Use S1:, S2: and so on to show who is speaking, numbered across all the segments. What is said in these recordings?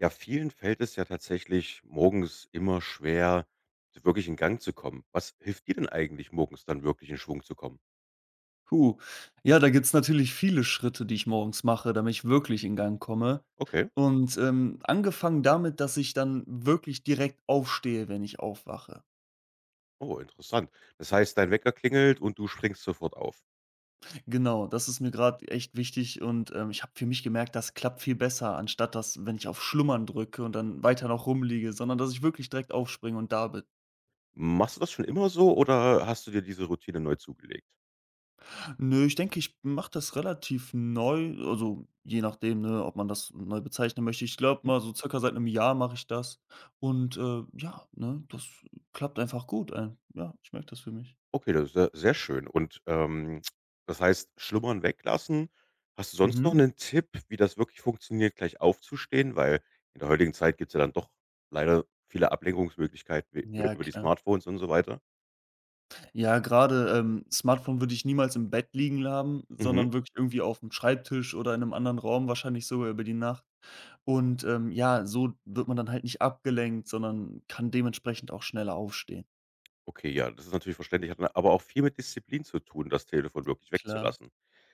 S1: Ja, vielen fällt es ja tatsächlich morgens immer schwer, so wirklich in Gang zu kommen. Was hilft dir denn eigentlich morgens dann wirklich in Schwung zu kommen?
S2: Puh. Ja, da gibt's natürlich viele Schritte, die ich morgens mache, damit ich wirklich in Gang komme.
S1: Okay,
S2: Und, angefangen damit, dass ich dann wirklich direkt aufstehe, wenn ich aufwache.
S1: oh, interessant. Das heißt, dein Wecker klingelt und du springst sofort auf.
S2: Genau, das ist mir gerade echt wichtig und, ich habe für mich gemerkt, das klappt viel besser, anstatt dass, wenn ich auf Schlummern drücke und dann weiter noch rumliege, sondern dass ich wirklich direkt aufspringe und da bin.
S1: Machst du das schon immer so oder hast du dir diese Routine neu zugelegt?
S2: Nö, ich denke, ich mache das relativ neu, also je nachdem, ne, ob man das neu bezeichnen möchte. Ich glaube mal so circa seit einem Jahr mache ich das und, ja, ne, das klappt einfach gut. Ja, ich merke das für mich.
S1: Okay, das ist ja sehr schön. Das heißt, Schlummern weglassen. Hast du sonst noch
S2: Mhm.
S1: einen Tipp, wie das wirklich funktioniert, gleich aufzustehen? Weil in der heutigen Zeit gibt's ja dann doch leider viele Ablenkungsmöglichkeiten wi
S2: Ja,
S1: über die
S2: klar.
S1: Smartphones und so weiter.
S2: Ja, gerade Smartphone würde ich niemals im Bett liegen haben,
S1: Mhm.
S2: sondern wirklich irgendwie auf dem Schreibtisch oder in einem anderen Raum, wahrscheinlich sogar über die Nacht. Und, ja, so wird man dann halt nicht abgelenkt, sondern kann dementsprechend auch schneller aufstehen.
S1: Okay, ja, das ist natürlich verständlich. Hat aber auch viel mit Disziplin zu tun, das Telefon wirklich
S2: Klar.
S1: wegzulassen.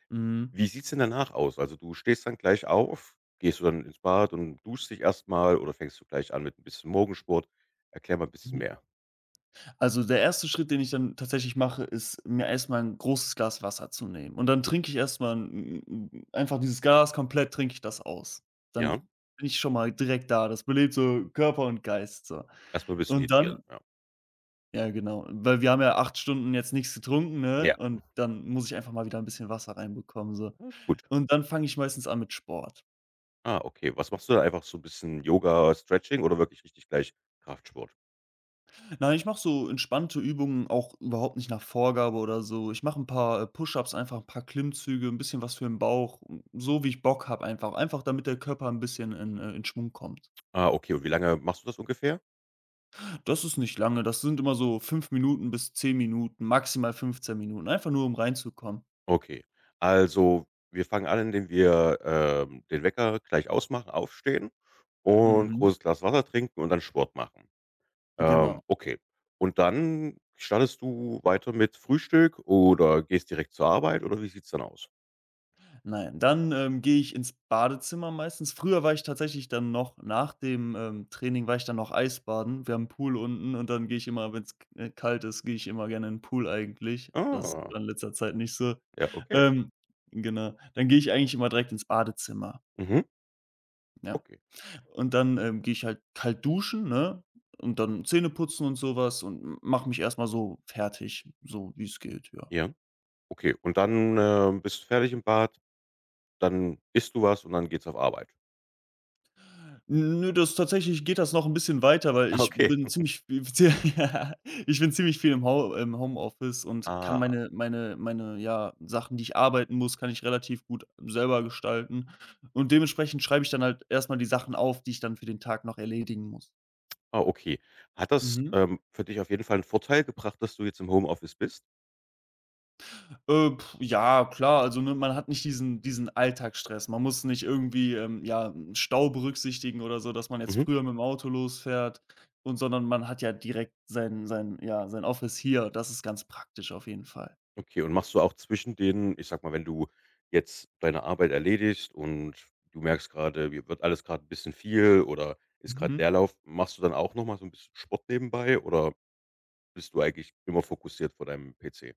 S2: Mhm.
S1: Wie sieht's denn danach aus? Also, du stehst dann gleich auf, gehst du dann ins Bad und duschst dich erstmal oder fängst du gleich an mit ein bisschen Morgensport? Erklär mal ein bisschen mehr,
S2: Also, der erste Schritt, den ich dann tatsächlich mache, ist, mir erst mal 'n großes Glas Wasser zu nehmen. Und dann trinke ich erst mal 'n einfach dieses Glas komplett trinke ich das aus. Dann
S1: ja?
S2: bin ich schon mal direkt da. Das belebt so Körper und Geist, so.
S1: Erst mal 'n bisschen
S2: Und
S1: hydrieren,
S2: dann
S1: ja.
S2: ja, genau, weil wir haben ja 8 Stunden jetzt nichts getrunken, ne?
S1: Ja,
S2: Und dann muss ich einfach mal wieder ein bisschen Wasser reinbekommen, so.
S1: ah, ist gut.
S2: Und dann fange ich meistens an mit Sport.
S1: Ah, okay. Was machst du da? Einfach so 'n bisschen Yoga, Stretching oder wirklich richtig gleich Kraftsport?
S2: Nein, ich mache so entspannte Übungen auch überhaupt nicht nach Vorgabe oder so. Ich mache ein paar, Push-ups, einfach ein paar Klimmzüge, ein bisschen was für den Bauch, so wie ich Bock habe einfach. Einfach damit der Körper ein bisschen in Schwung kommt.
S1: Ah, okay. Und wie lange machst du das ungefähr?
S2: Das ist nicht lange, das sind immer so 5 Minuten bis 10 Minuten, maximal 15 Minuten, einfach nur um reinzukommen.
S1: Okay. Also, wir fangen an, indem wir, den Wecker gleich ausmachen, aufstehen und
S2: Mhm,
S1: großes Glas Wasser trinken und dann Sport machen.
S2: genau.
S1: Okay. Und dann startest du weiter mit Frühstück oder gehst direkt zur Arbeit oder wie sieht's dann aus?
S2: Nein, dann, gehe ich ins Badezimmer meistens. Früher war ich tatsächlich dann noch nach dem, Training war ich dann noch Eisbaden. Wir haben 'n Pool unten und dann gehe ich immer, wenn es kalt ist, gehe ich immer gerne in den Pool eigentlich. Das
S1: Ah,
S2: war in letzter Zeit nicht so.
S1: ja, okay.
S2: Ähm, genau. Dann gehe ich eigentlich immer direkt ins Badezimmer,
S1: Mhm,
S2: ja.
S1: okay.
S2: Und dann, gehe ich halt kalt duschen, ne, und dann Zähne putzen und sowas und mache mich erst mal so fertig, so wie es geht, ja.
S1: Ja, okay. Und dann, bist du fertig im Bad. Dann isst du was und dann geht's auf Arbeit.
S2: Nö, das tatsächlich geht das noch 'n bisschen weiter, weil
S1: Ah,
S2: ich
S1: okay.
S2: bin ziemlich v ja, ich bin ziemlich viel im Homeoffice und kann
S1: Ah,
S2: meine, ja, Sachen, die ich arbeiten muss, kann ich relativ gut selber gestalten. Und dementsprechend schreibe ich dann halt erst mal die Sachen auf, die ich dann für den Tag noch erledigen muss.
S1: ah, okay. Hat das,
S2: Mhm.
S1: für dich auf jeden Fall 'n Vorteil gebracht, dass du jetzt im Homeoffice bist?
S2: Ja, klar, also, ne, man hat nicht diesen Alltagsstress. Man muss nicht irgendwie, ja, 'n Stau berücksichtigen oder so, dass man jetzt
S1: Mhm.
S2: früher mit dem Auto losfährt und sondern man hat ja direkt sein ja, sein Office hier. Das ist ganz praktisch auf jeden Fall.
S1: Okay, und machst du auch zwischen den, ich sage mal, wenn du jetzt deine Arbeit erledigst und du merkst grade, dir wird alles grad 'n bisschen viel oder ist grad
S2: Mhm.
S1: Leerlauf, machst du dann auch noch mal so 'n bisschen Sport nebenbei oder bist du eigentlich immer fokussiert vor deinem PC?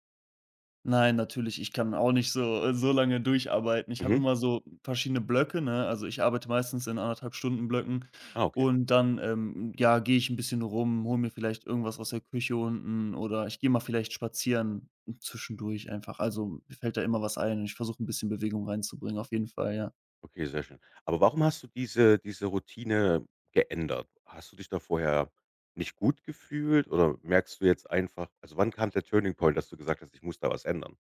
S2: Nein, natürlich, ich kann auch nicht so so lange durcharbeiten. Ich habe
S1: Mhm.
S2: immer so verschiedene Blöcke, ne? Also, ich arbeite meistens in anderthalb Stunden Blöcken
S1: Ah, okay.
S2: und dann, ja, gehe ich ein bisschen rum, hole mir vielleicht irgendwas aus der Küche unten oder ich gehe mal vielleicht spazieren zwischendurch einfach. Also, mir fällt da immer was ein und ich versuche ein bisschen Bewegung reinzubringen, auf jeden Fall, ja.
S1: Okay, sehr schön. Aber warum hast du diese Routine geändert? Hast du dich da vorher nicht gut gefühlt oder merkst du jetzt einfach, also, wann kam der Turning Point, dass du gesagt hast: „Ich muss da was ändern?“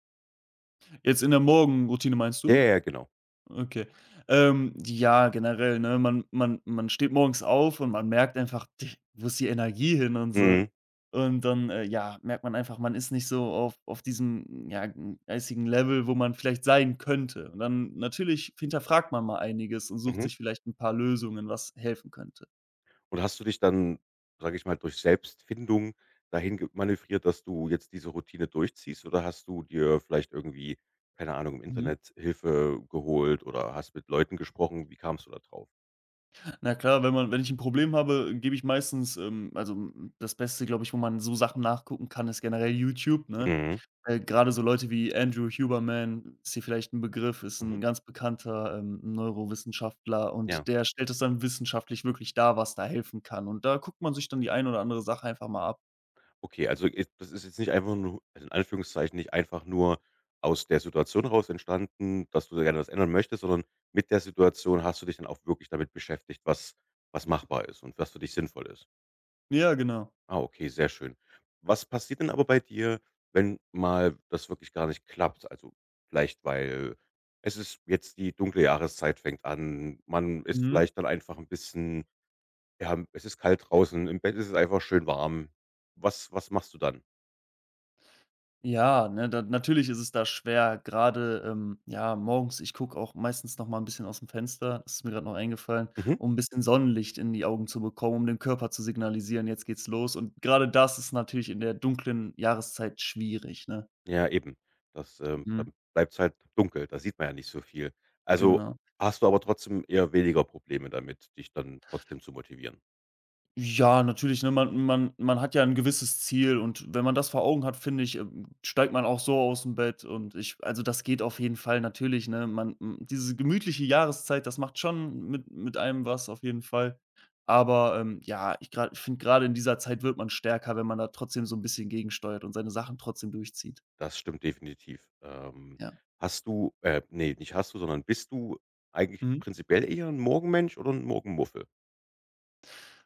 S2: Jetzt in der Morgenroutine meinst
S1: Ja, ja,
S2: du?
S1: ja, genau.
S2: Okay. Ja, generell, ne? Man steht morgens auf und man merkt einfach, d wo ist die Energie hin und so.
S1: Mhm,
S2: Und dann, ja, merkt man einfach, man ist nicht so auf diesem, ja, geistigen Level, wo man vielleicht sein könnte. Und dann natürlich hinterfragt man mal einiges und sucht
S1: mhm.
S2: sich vielleicht ein paar Lösungen, was helfen könnte.
S1: Und hast du dich dann, sage ich mal, durch Selbstfindung dahin ge manövriert, dass du jetzt diese Routine durchziehst oder hast du dir vielleicht irgendwie, keine Ahnung, im
S2: Mhm.
S1: Internet Hilfe geholt oder hast mit Leuten gesprochen? Wie kamst du da drauf?
S2: Na klar, wenn ich ein Problem habe, gebe ich meistens, also, das Beste, glaube ich, wo man so Sachen nachgucken kann, ist generell YouTube, ne?
S1: Mhm,
S2: Grade so Leute wie Andrew Huberman, ist hier vielleicht ein Begriff, ist
S1: mhm,
S2: ein ganz bekannter, Neurowissenschaftler
S1: ja.
S2: und der stellt es dann wissenschaftlich wirklich dar, was da helfen kann. Und da guckt man sich dann die ein oder andere Sache einfach mal ab.
S1: Okay, also i das ist jetzt nicht einfach nur, also in Anführungszeichen nicht einfach nur aus der Situation heraus entstanden, dass du da gerne was ändern möchtest, sondern mit der Situation hast du dich dann auch wirklich damit beschäftigt, was was machbar ist und was für dich sinnvoll ist.
S2: Ja, genau.
S1: Ah, okay, sehr schön. Was passiert denn aber bei dir, wenn mal das wirklich gar nicht klappt? Also, vielleicht, weil es ist jetzt die dunkle Jahreszeit fängt an, man ist
S2: Mhm.
S1: vielleicht dann einfach ein bisschen, ja, es ist kalt draußen, im Bett ist es einfach schön warm. Was machst du dann?
S2: Ja, ne, da natürlich ist es da schwer, gerade, ja, morgens ich gucke auch meistens noch mal ein bisschen aus dem Fenster. Das ist mir gerade noch eingefallen,
S1: Mhm.
S2: um ein bisschen Sonnenlicht in die Augen zu bekommen, um dem Körper zu signalisieren: „Jetzt geht's los." Und gerade das ist natürlich in der dunklen Jahreszeit schwierig, ne?
S1: Ja, eben. Dann
S2: Mhm,
S1: bleibt's halt dunkel, da sieht man ja nicht so viel. Also,
S2: genau.
S1: hast du aber trotzdem eher weniger Probleme damit, dich dann trotzdem zu motivieren.
S2: Ja, natürlich, ne? Man hat ja ein gewisses Ziel und wenn man das vor Augen hat, finde ich, steigt man auch so aus dem Bett und ich also, das geht auf jeden Fall natürlich, ne? Man hm, diese gemütliche Jahreszeit, das macht schon mit einem was auf jeden Fall. Aber, ja, ich finde, gerade in dieser Zeit wird man stärker, wenn man da trotzdem so ein bisschen gegensteuert und seine Sachen trotzdem durchzieht.
S1: Das stimmt definitiv.
S2: Ja.
S1: Hast du ne, nicht hast du, sondern bist du eigentlich
S2: Mhm.
S1: prinzipiell eher 'n Morgenmensch oder 'n Morgenmuffel?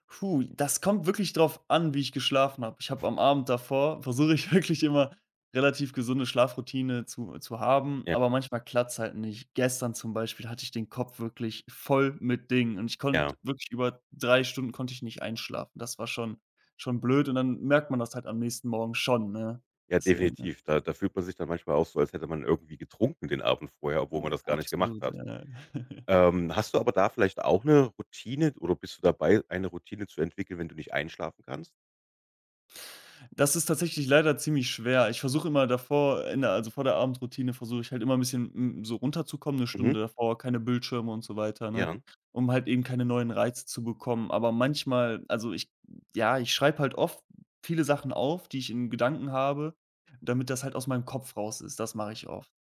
S2: Puh, das kommt wirklich drauf an, wie ich geschlafen habe. Ich habe am Abend davor versuche ich wirklich immer relativ gesunde Schlafroutine zu haben,
S1: Ja,
S2: aber manchmal klappt's halt nicht. Gestern zum Beispiel hatte ich den Kopf wirklich voll mit Dingen und ich konnte
S1: ja.
S2: wirklich über 3 Stunden konnte ich nicht einschlafen. Das war schon blöd und dann merkt man das halt am nächsten Morgen schon, ne?
S1: Ja,
S2: Deswegen, ja,
S1: definitiv. Da fühlt man sich dann manchmal auch so, als hätte man irgendwie getrunken den Abend vorher, obwohl man das gar nicht gemacht
S2: absolut,
S1: hat.
S2: ja.
S1: Hast du aber da vielleicht auch 'ne Routine oder bist du dabei, eine Routine zu entwickeln, wenn du nicht einschlafen kannst?
S2: Das ist tatsächlich leider ziemlich schwer. Ich versuche immer davor in der also vor der Abendroutine versuche ich halt immer ein bisschen, so runterzukommen, eine
S1: Mhm.
S2: Stunde davor, keine Bildschirme und so weiter, ne,
S1: Ja.
S2: um halt eben keine neuen Reize zu bekommen. Aber manchmal also ich ja, ich schreibe halt oft viele Sachen auf, die ich in Gedanken habe, damit das halt aus meinem Kopf raus ist. Das mache ich oft.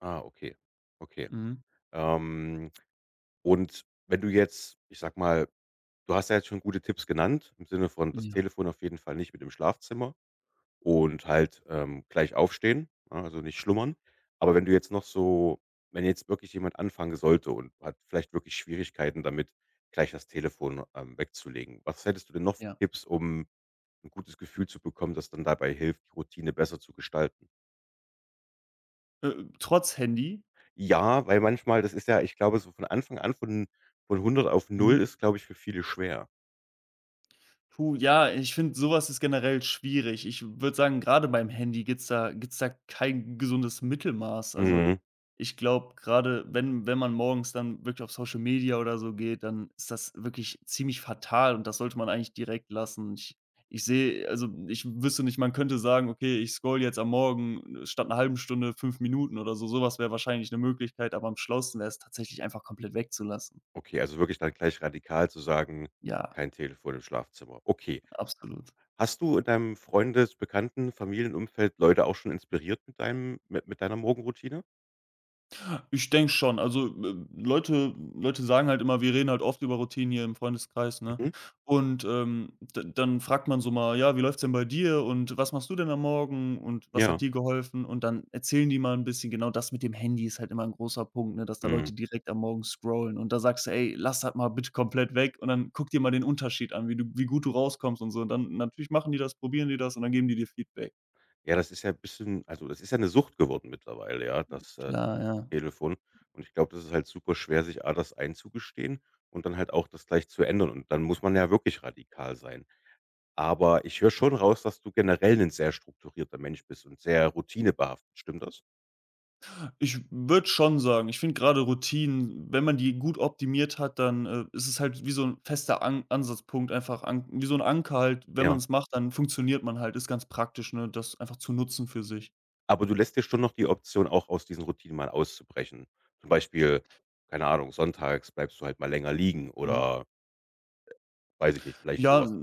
S1: Ah, okay. Okay.
S2: Mhm.
S1: Ähm, und wenn du jetzt, ich sag mal, du hast ja jetzt schon gute Tipps genannt, im Sinne von das
S2: Ja,
S1: Telefon auf jeden Fall nicht mit im Schlafzimmer und halt, gleich aufstehen, ne, also nicht schlummern. Aber wenn du jetzt noch so Wenn jetzt wirklich jemand anfangen sollte und hat vielleicht wirklich Schwierigkeiten damit, gleich das Telefon, wegzulegen, was hättest du denn noch für
S2: ja.
S1: Tipps, um ein gutes Gefühl zu bekommen, das dann dabei hilft, die Routine besser zu gestalten?
S2: Trotz Handy.
S1: Ja, weil manchmal das ist ja, ich glaube, so von Anfang an, von hundert auf null
S2: Mhm.
S1: ist, glaube ich, für viele schwer.
S2: Puh, ja, ich finde, sowas ist generell schwierig. Ich würde sagen, gerade beim Handy gibt's da kein gesundes Mittelmaß. Also,
S1: Mhm.
S2: ich glaube, gerade wenn man morgens dann wirklich auf Social Media oder so geht, dann ist das wirklich ziemlich fatal und das sollte man eigentlich direkt lassen. Ich sehe also, ich wüsste nicht, man könnte sagen: „Okay, ich scroll jetzt am Morgen statt einer halben Stunde 5 Minuten" oder so. Sowas wäre wahrscheinlich eine Möglichkeit, aber am schlausten wäre es tatsächlich einfach komplett wegzulassen.
S1: Okay, also wirklich dann gleich radikal zu sagen:
S2: Ja,
S1: „Kein Telefon im Schlafzimmer.“ Okay.
S2: absolut.
S1: Hast du in deinem Freundes-, Bekannten-, Familienumfeld Leute auch schon inspiriert mit deinem mit deiner Morgenroutine?
S2: Ich denke schon. Also, Leute sagen halt immer wir reden halt oft über Routinen hier im Freundeskreis, ne?
S1: Mhm.
S2: Und, d dann fragt man so mal: „Ja, wie läuft's denn bei dir und was machst du denn am Morgen und was hat
S1: Ja.
S2: dir geholfen?" Und dann erzählen die mal ein bisschen genau das mit dem Handy ist halt immer ein großer Punkt, ne, dass da
S1: Mhm.
S2: Leute direkt am Morgen scrollen und da sagst du: „Ey, lass das mal bitte komplett weg und dann guck dir mal den Unterschied an, wie du wie gut du rauskommst und so." Und dann natürlich machen die das, probieren die das und dann geben die dir Feedback.
S1: Ja, das ist ja ein bisschen, also, das ist ja eine Sucht geworden mittlerweile, ja, das,
S2: Klar, ja.
S1: Telefon. Und ich glaube, das ist halt super schwer, sich A das einzugestehen und dann halt auch das gleich zu ändern. Und dann muss man ja wirklich radikal sein. Aber ich höre schon raus, dass du generell 'nen sehr strukturierter Mensch bist und sehr routinebehaftet. Stimmt das?
S2: Ich würde schon sagen, ich finde gerade Routinen, wenn man die gut optimiert hat, dann, ist es halt wie so ein fester An Ansatzpunkt, einfach an wie so ein Anker halt. Wenn man
S1: Ja.
S2: es macht, dann funktioniert man halt, ist ganz praktisch, ne, das einfach zu nutzen für sich.
S1: Aber du lässt dir schon noch die Option, auch aus diesen Routinen mal auszubrechen. Zum Beispiel, keine Ahnung, sonntags bleibst du halt mal länger liegen
S2: Mhm.
S1: oder, weiß ich nicht, vielleicht so
S2: Ja.
S1: was.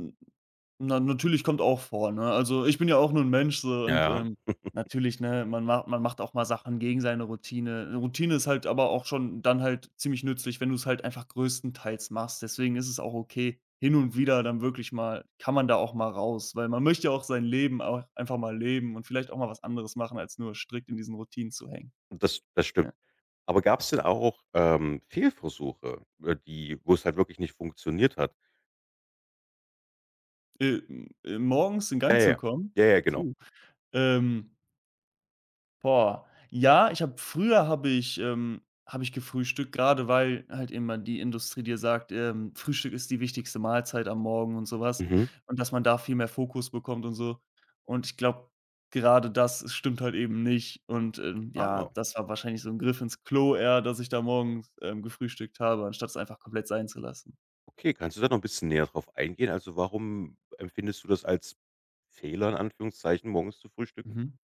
S2: Na, natürlich kommt auch vor, ne? Also, ich bin ja auch nur ein Mensch so
S1: Ja,
S2: und,
S1: ja.
S2: natürlich, ne, man macht auch mal Sachen gegen seine Routine. Routine ist halt aber auch schon dann halt ziemlich nützlich, wenn du es halt einfach größtenteils machst. Deswegen ist es auch okay, hin und wieder dann wirklich mal kann man da auch mal raus, weil man möchte ja auch sein Leben auch einfach mal leben und vielleicht auch mal was anderes machen, als nur strikt in diesen Routinen zu hängen,
S1: Das stimmt.
S2: ja.
S1: Aber gab's denn auch, Fehlversuche, die, wo's halt wirklich nicht funktioniert hat?
S2: M Morgens in
S1: Ja,
S2: Gang
S1: ja,
S2: zu
S1: ja.
S2: kommen,
S1: Ja, ja, genau.
S2: puh, ähm Boah, ja, ich habe früher habe ich gefrühstückt, gerade, weil halt immer die Industrie dir sagt, Frühstück ist die wichtigste Mahlzeit am Morgen und sowas
S1: Mhm.
S2: und dass man da viel mehr Fokus bekommt und so. Und ich glaube, gerade das stimmt halt eben nicht und, ja,
S1: Ah,
S2: das war wahrscheinlich so ein Griff ins Klo eher, dass ich da morgens, gefrühstückt habe, anstatt es einfach komplett sein zu lassen.
S1: okay. Kannst du da noch 'n bisschen näher drauf eingehen? Also, warum empfindest du das als Fehler in Anführungszeichen, morgens zu frühstücken?
S2: Mhm.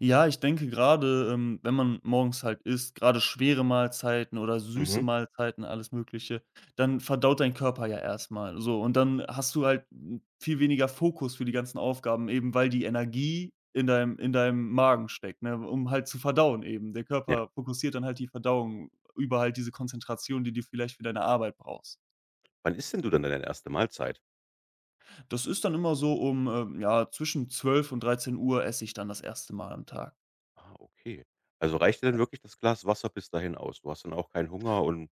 S2: Ja, ich denke gerade, wenn man morgens halt isst, gerade schwere Mahlzeiten oder süße
S1: Mhm,
S2: Mahlzeiten, alles Mögliche, dann verdaut dein Körper ja erstmal so. Und dann hast du halt viel weniger Fokus für die ganzen Aufgaben, eben weil die Energie in deinem Magen steckt, ne, um halt zu verdauen eben. Der
S1: ja.
S2: Körper fokussiert dann halt die Verdauung über halt diese Konzentration, die du vielleicht für deine Arbeit brauchst.
S1: Wann isst denn du dann deine erste Mahlzeit?
S2: Das ist dann immer so um, ja, zwischen 12 und 13 Uhr esse ich dann das erste Mal am Tag.
S1: Ah, okay. Also, reicht dir dann
S2: Ja.
S1: wirklich das Glas Wasser bis dahin aus? Du hast dann auch keinen Hunger und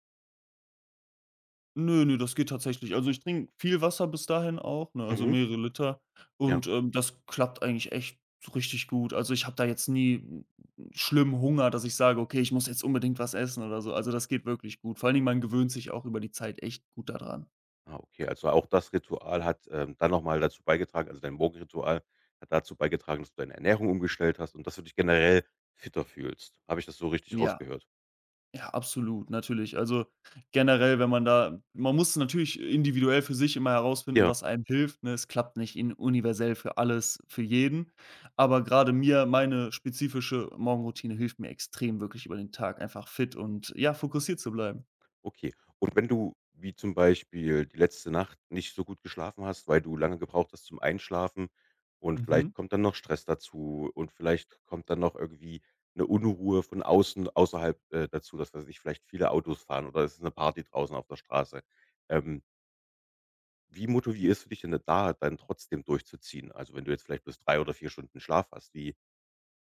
S2: Ne, ne, das geht tatsächlich. Also, ich trinke viel Wasser bis dahin auch, ne, also
S1: mhm,
S2: mehrere Liter
S1: ja.
S2: und, das klappt eigentlich echt so richtig gut. Also, ich habe da jetzt nie, schlimm Hunger, dass ich sage: „Okay, ich muss jetzt unbedingt was essen" oder so. Also, das geht wirklich gut. Vor allen Dingen, man gewöhnt sich auch über die Zeit echt gut daran.
S1: Ah, okay. Also, auch das Ritual hat, dann nochmal dazu beigetragen, also, dein Morgenritual hat dazu beigetragen, dass du deine Ernährung umgestellt hast und dass du dich generell fitter fühlst. Habe ich das so richtig
S2: Ja.
S1: rausgehört?
S2: Ja, absolut, natürlich. Also, generell, wenn man da man muss natürlich individuell für sich immer herausfinden,
S1: Ja.
S2: was einem hilft, ne? Es klappt nicht in universell für alles, für jeden. Aber gerade mir meine spezifische Morgenroutine hilft mir extrem, wirklich über den Tag einfach fit und, ja, fokussiert zu bleiben.
S1: Okay. Und wenn du, wie zum Beispiel die letzte Nacht, nicht so gut geschlafen hast, weil du lange gebraucht hast zum Einschlafen und
S2: Mhm.
S1: vielleicht kommt dann noch Stress dazu und vielleicht kommt dann noch irgendwie eine Unruhe von außen, außerhalb, dazu, dass, weiß ich, vielleicht viele Autos fahren oder es ist eine Party draußen auf der Straße. Ähm, wie motivierst du dich denn da dann trotzdem durchzuziehen? Also, wenn du jetzt vielleicht bis 3 oder 4 Stunden Schlaf hast, wie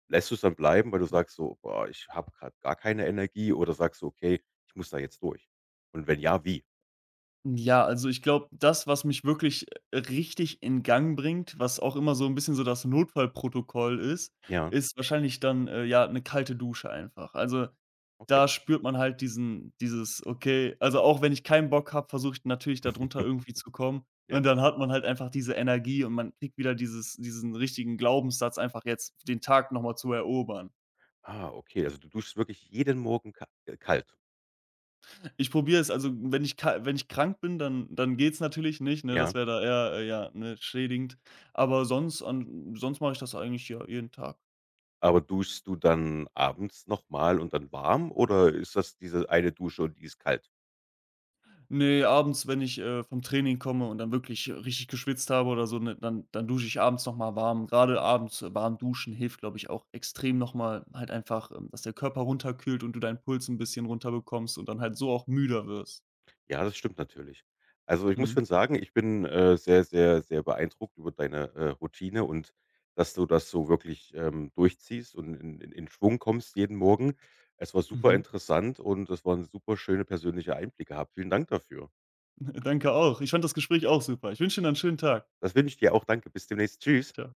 S1: lässt du es dann bleiben, weil du sagst so: „Boah, ich habe gerade gar keine Energie“, oder sagst du: „Okay, ich muss da jetzt durch?“ Und wenn ja, wie?
S2: Ja, also, ich glaube, das, was mich wirklich richtig in Gang bringt, was auch immer so ein bisschen so das Notfallprotokoll ist,
S1: Ja,
S2: ist wahrscheinlich dann, ja, eine kalte Dusche einfach. Also.
S1: okay.
S2: Da spürt man halt diesen dieses: „Okay", also, auch wenn ich keinen Bock habe, versuche ich natürlich da drunter irgendwie zu kommen.
S1: Ja.
S2: Und dann hat man halt einfach diese Energie und man kriegt wieder dieses diesen richtigen Glaubenssatz, einfach jetzt den Tag noch mal zu erobern.
S1: Ah, okay, also du duschst wirklich jeden Morgen ka kalt,
S2: Ich probiere es also, wenn ich ka wenn ich krank bin, dann geht's natürlich nicht, ne?
S1: ja?
S2: Das wäre da eher, ja, ne, schädigend. Aber sonst an sonst mache ich das eigentlich, ja, jeden Tag.
S1: Aber duschst du dann abends nochmal und dann warm oder ist das diese eine Dusche und die ist kalt?
S2: Nee, abends, wenn ich, vom Training komme und dann wirklich richtig geschwitzt habe oder so, ne, dann dusche ich abends noch mal warm. Gerade abends warm duschen hilft, glaube ich, auch extrem noch mal halt einfach, dass der Körper runterkühlt und du deinen Puls ein bisschen runterbekommst und dann halt so auch müder wirst.
S1: Ja, das stimmt natürlich. Also, ich muss
S2: Mhm,
S1: schon sagen, ich bin, sehr, sehr, sehr beeindruckt über deine, Routine und dass du das so wirklich, durchziehst und in Schwung kommst jeden Morgen. Es war super
S2: mhm.
S1: interessant und es waren super schöne persönliche Einblicke gehabt. Vielen Dank dafür.
S2: Danke auch. Ich fand das Gespräch auch super. Ich wünsche dir noch 'n schönen Tag.
S1: Das wünsche ich dir auch. Danke. Bis demnächst. Tschüss.
S2: Tschau.